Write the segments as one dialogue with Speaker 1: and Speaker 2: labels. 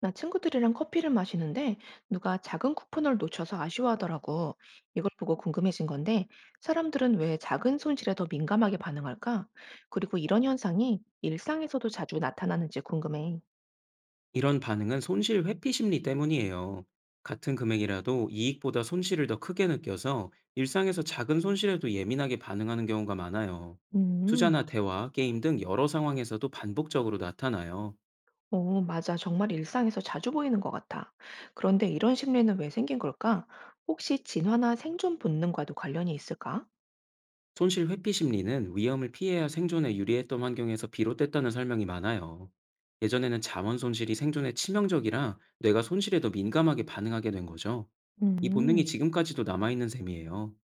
Speaker 1: 나 친구들이랑 커피를 마시는데 누가 작은 쿠폰을 놓쳐서 아쉬워하더라고. 이걸 보고 궁금해진 건데 사람들은 왜 작은 손실에 더 민감하게 반응할까? 그리고 이런 현상이 일상에서도 자주 나타나는지 궁금해.
Speaker 2: 이런 반응은 손실 회피 심리 때문이에요. 같은 금액이라도 이익보다 손실을 더 크게 느껴서 일상에서 작은 손실에도 예민하게 반응하는 경우가 많아요.
Speaker 1: 음,
Speaker 2: 투자나 대화, 게임 등 여러 상황에서도 반복적으로 나타나요.
Speaker 1: 오, 맞아. 정말 일상에서 자주 보이는 것 같아. 그런데 이런 심리는 왜 생긴 걸까? 혹시 진화나 생존 본능과도 관련이 있을까?
Speaker 2: 손실 회피 심리는 위험을 피해야 생존에 유리했던 환경에서 비롯됐다는 설명이 많아요. 예전에는 자원 손실이 생존에 치명적이라 뇌가 손실에 더 민감하게 반응하게 된 거죠. 이 본능이
Speaker 1: 음.
Speaker 2: 지금까지도 남아있는 셈이에요.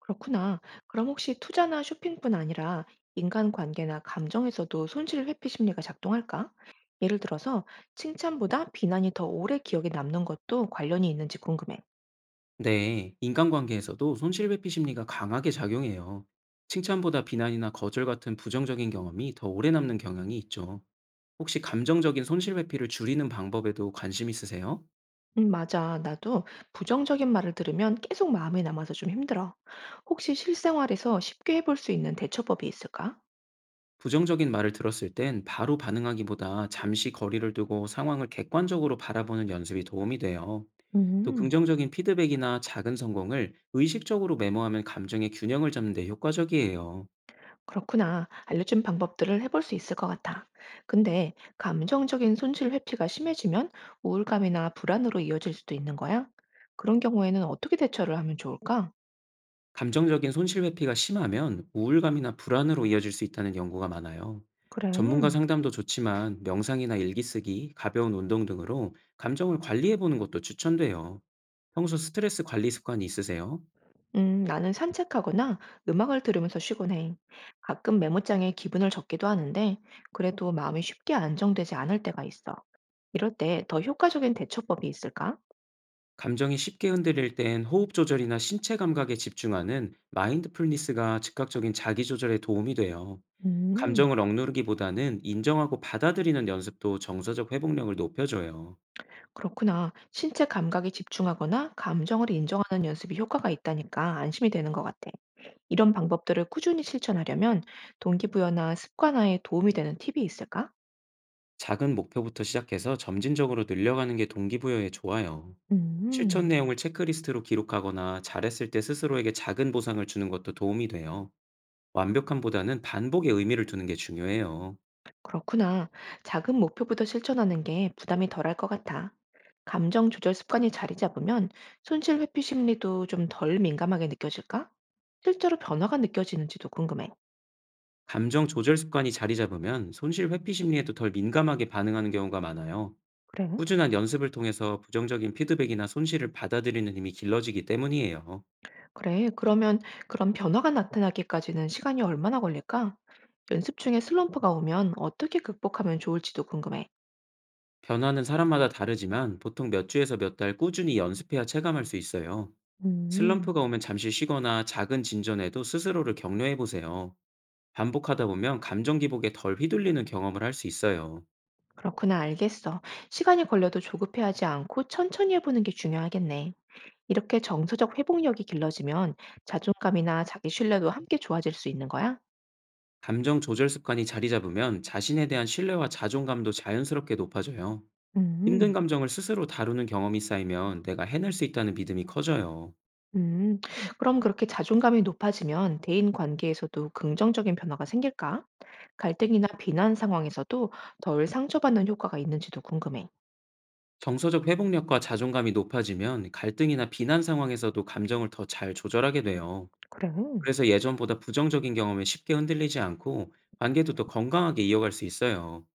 Speaker 1: 그렇구나. 그럼 혹시 투자나 쇼핑뿐 아니라 인간관계나 감정에서도 손실 회피 심리가 작동할까? 예를 들어서 칭찬보다 비난이 더 오래 기억에 남는 것도 관련이 있는지 궁금해.
Speaker 2: 네, 인간관계에서도 손실회피 심리가 강하게 작용해요. 칭찬보다 비난이나 거절 같은 부정적인 경험이 더 오래 남는 경향이 있죠. 혹시 감정적인 손실회피를 줄이는 방법에도 관심 있으세요?
Speaker 1: 맞아. 나도 부정적인 말을 들으면 계속 마음에 남아서 좀 힘들어. 혹시 실생활에서 쉽게 해볼 수 있는 대처법이 있을까?
Speaker 2: 부정적인 말을 들었을 땐 바로 반응하기보다 잠시 거리를 두고 상황을 객관적으로 바라보는 연습이 도움이 돼요. 또
Speaker 1: 음.
Speaker 2: 긍정적인 피드백이나 작은 성공을 의식적으로 메모하면 감정의 균형을 잡는 데 효과적이에요.
Speaker 1: 그렇구나. 알려준 방법들을 해볼 수 있을 것 같아. 근데 감정적인 손실 회피가 심해지면 우울감이나 불안으로 이어질 수도 있는 거야? 그런 경우에는 어떻게 대처를 하면 좋을까?
Speaker 2: 감정적인 손실 회피가 심하면 우울감이나 불안으로 이어질 수 있다는 연구가 많아요.
Speaker 1: 그래.
Speaker 2: 전문가 상담도 좋지만 명상이나 일기 쓰기, 가벼운 운동 등으로 감정을 관리해 보는 것도 추천돼요. 평소 스트레스 관리 습관이 있으세요?
Speaker 1: 나는 산책하거나 음악을 들으면서 쉬곤 해. 가끔 메모장에 기분을 적기도 하는데, 그래도 마음이 쉽게 안정되지 않을 때가 있어. 이럴 때 더 효과적인 대처법이 있을까?
Speaker 2: 감정이 쉽게 흔들릴 땐 호흡 조절이나 신체 감각에 집중하는 마인드풀니스가 즉각적인 자기 조절에 도움이 돼요.
Speaker 1: 음.
Speaker 2: 감정을 억누르기보다는 인정하고 받아들이는 연습도 정서적 회복력을 높여줘요.
Speaker 1: 그렇구나. 신체 감각에 집중하거나 감정을 인정하는 연습이 효과가 있다니까 안심이 되는 것 같아. 이런 방법들을 꾸준히 실천하려면 동기부여나 습관화에 도움이 되는 팁이 있을까?
Speaker 2: 작은 목표부터 시작해서 점진적으로 늘려가는 게 동기부여에 좋아요. 실천
Speaker 1: 음,
Speaker 2: 내용을 체크리스트로 기록하거나 잘했을 때 스스로에게 작은 보상을 주는 것도 도움이 돼요. 완벽함보다는 반복의 의미를 두는 게 중요해요.
Speaker 1: 그렇구나. 작은 목표부터 실천하는 게 부담이 덜할 것 같아. 감정 조절 습관이 자리 잡으면 손실 회피 심리도 좀 덜 민감하게 느껴질까? 실제로 변화가 느껴지는지도 궁금해.
Speaker 2: 감정 조절 습관이 자리 잡으면 손실 회피 심리에도 덜 민감하게 반응하는 경우가 많아요.
Speaker 1: 그래.
Speaker 2: 꾸준한 연습을 통해서 부정적인 피드백이나 손실을 받아들이는 힘이 길러지기 때문이에요.
Speaker 1: 그래, 그러면 그런 변화가 나타나기까지는 시간이 얼마나 걸릴까? 연습 중에 슬럼프가 오면 어떻게 극복하면 좋을지도 궁금해.
Speaker 2: 변화는 사람마다 다르지만 보통 몇 주에서 몇 달 꾸준히 연습해야 체감할 수 있어요.
Speaker 1: 음,
Speaker 2: 슬럼프가 오면 잠시 쉬거나 작은 진전에도 스스로를 격려해 보세요. 반복하다 보면 감정 기복에 덜 휘둘리는 경험을 할 수 있어요.
Speaker 1: 그렇구나, 알겠어. 시간이 걸려도 조급해하지 않고 천천히 해보는 게 중요하겠네. 이렇게 정서적 회복력이 길러지면 자존감이나 자기 신뢰도 함께 좋아질 수 있는 거야?
Speaker 2: 감정 조절 습관이 자리 잡으면 자신에 대한 신뢰와 자존감도 자연스럽게 높아져요. 힘든
Speaker 1: 음.
Speaker 2: 감정을 스스로 다루는 경험이 쌓이면 내가 해낼 수 있다는 믿음이 커져요.
Speaker 1: 음. 그럼 그렇게 자존감이 높아지면 대인 관계에서도 긍정적인 변화가 생길까? 갈등이나 비난 상황에서도 덜 상처받는 효과가 있는지도 궁금해.
Speaker 2: 정서적 회복력과 자존감이 높아지면 갈등이나 비난 상황에서도 감정을 더 잘 조절하게 돼요.
Speaker 1: 그래.
Speaker 2: 그래서 예전보다 부정적인 경험에 쉽게 흔들리지 않고 관계도 더 건강하게 이어갈 수 있어요.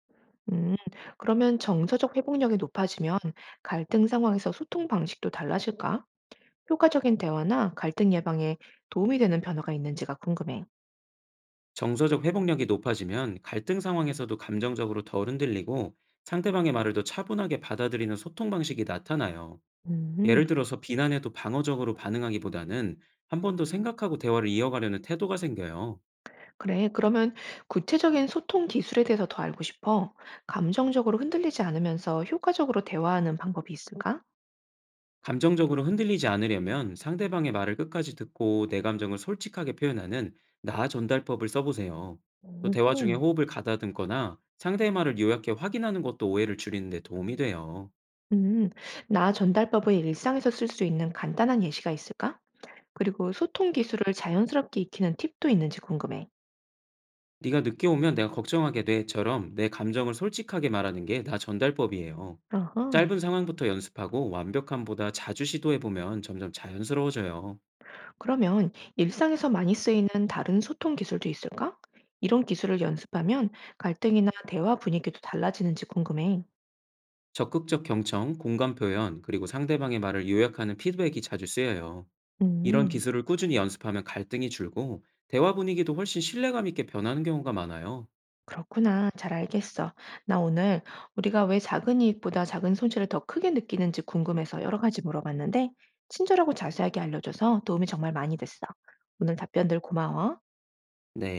Speaker 1: 음. 그러면 정서적 회복력이 높아지면 갈등 상황에서 소통 방식도 달라질까? 효과적인 대화나 갈등 예방에 도움이 되는 변화가 있는지가 궁금해.
Speaker 2: 정서적 회복력이 높아지면 갈등 상황에서도 감정적으로 덜 흔들리고 상대방의 말을 더 차분하게 받아들이는 소통 방식이 나타나요. 예를
Speaker 1: 음.
Speaker 2: 들어서 비난에도 방어적으로 반응하기보다는 한 번 더 생각하고 대화를 이어가려는 태도가 생겨요.
Speaker 1: 그래. 그러면 구체적인 소통 기술에 대해서 더 알고 싶어. 감정적으로 흔들리지 않으면서 효과적으로 대화하는 방법이 있을까?
Speaker 2: 감정적으로 흔들리지 않으려면 상대방의 말을 끝까지 듣고 내 감정을 솔직하게 표현하는 나 전달법을 써보세요. 또 대화 중에
Speaker 1: 음.
Speaker 2: 호흡을 가다듬거나 상대의 말을 요약해 확인하는 것도 오해를 줄이는 데 도움이 돼요.
Speaker 1: 음. 나 전달법을 일상에서 쓸 수 있는 간단한 예시가 있을까? 그리고 소통 기술을 자연스럽게 익히는 팁도 있는지 궁금해.
Speaker 2: "네가 늦게 오면 내가 걱정하게 돼."처럼 내 감정을 솔직하게 말하는 게 나 전달법이에요.
Speaker 1: 어허.
Speaker 2: 짧은 상황부터 연습하고 완벽함보다 자주 시도해 보면 점점 자연스러워져요.
Speaker 1: 그러면 일상에서 많이 쓰이는 다른 소통 기술도 있을까? 이런 기술을 연습하면 갈등이나 대화 분위기도 달라지는지 궁금해.
Speaker 2: 적극적 경청, 공감 표현, 그리고 상대방의 말을 요약하는 피드백이 자주 쓰여요. 이런
Speaker 1: 음.
Speaker 2: 기술을 꾸준히 연습하면 갈등이 줄고 대화 분위기도 훨씬 신뢰감 있게 변하는 경우가 많아요.
Speaker 1: 그렇구나. 잘 알겠어. 나 오늘 우리가 왜 작은 이익보다 작은 손실을 더 크게 느끼는지 궁금해서 여러 가지 물어봤는데, 친절하고 자세하게 알려줘서 도움이 정말 많이 됐어. 오늘 답변들 고마워.
Speaker 2: 네.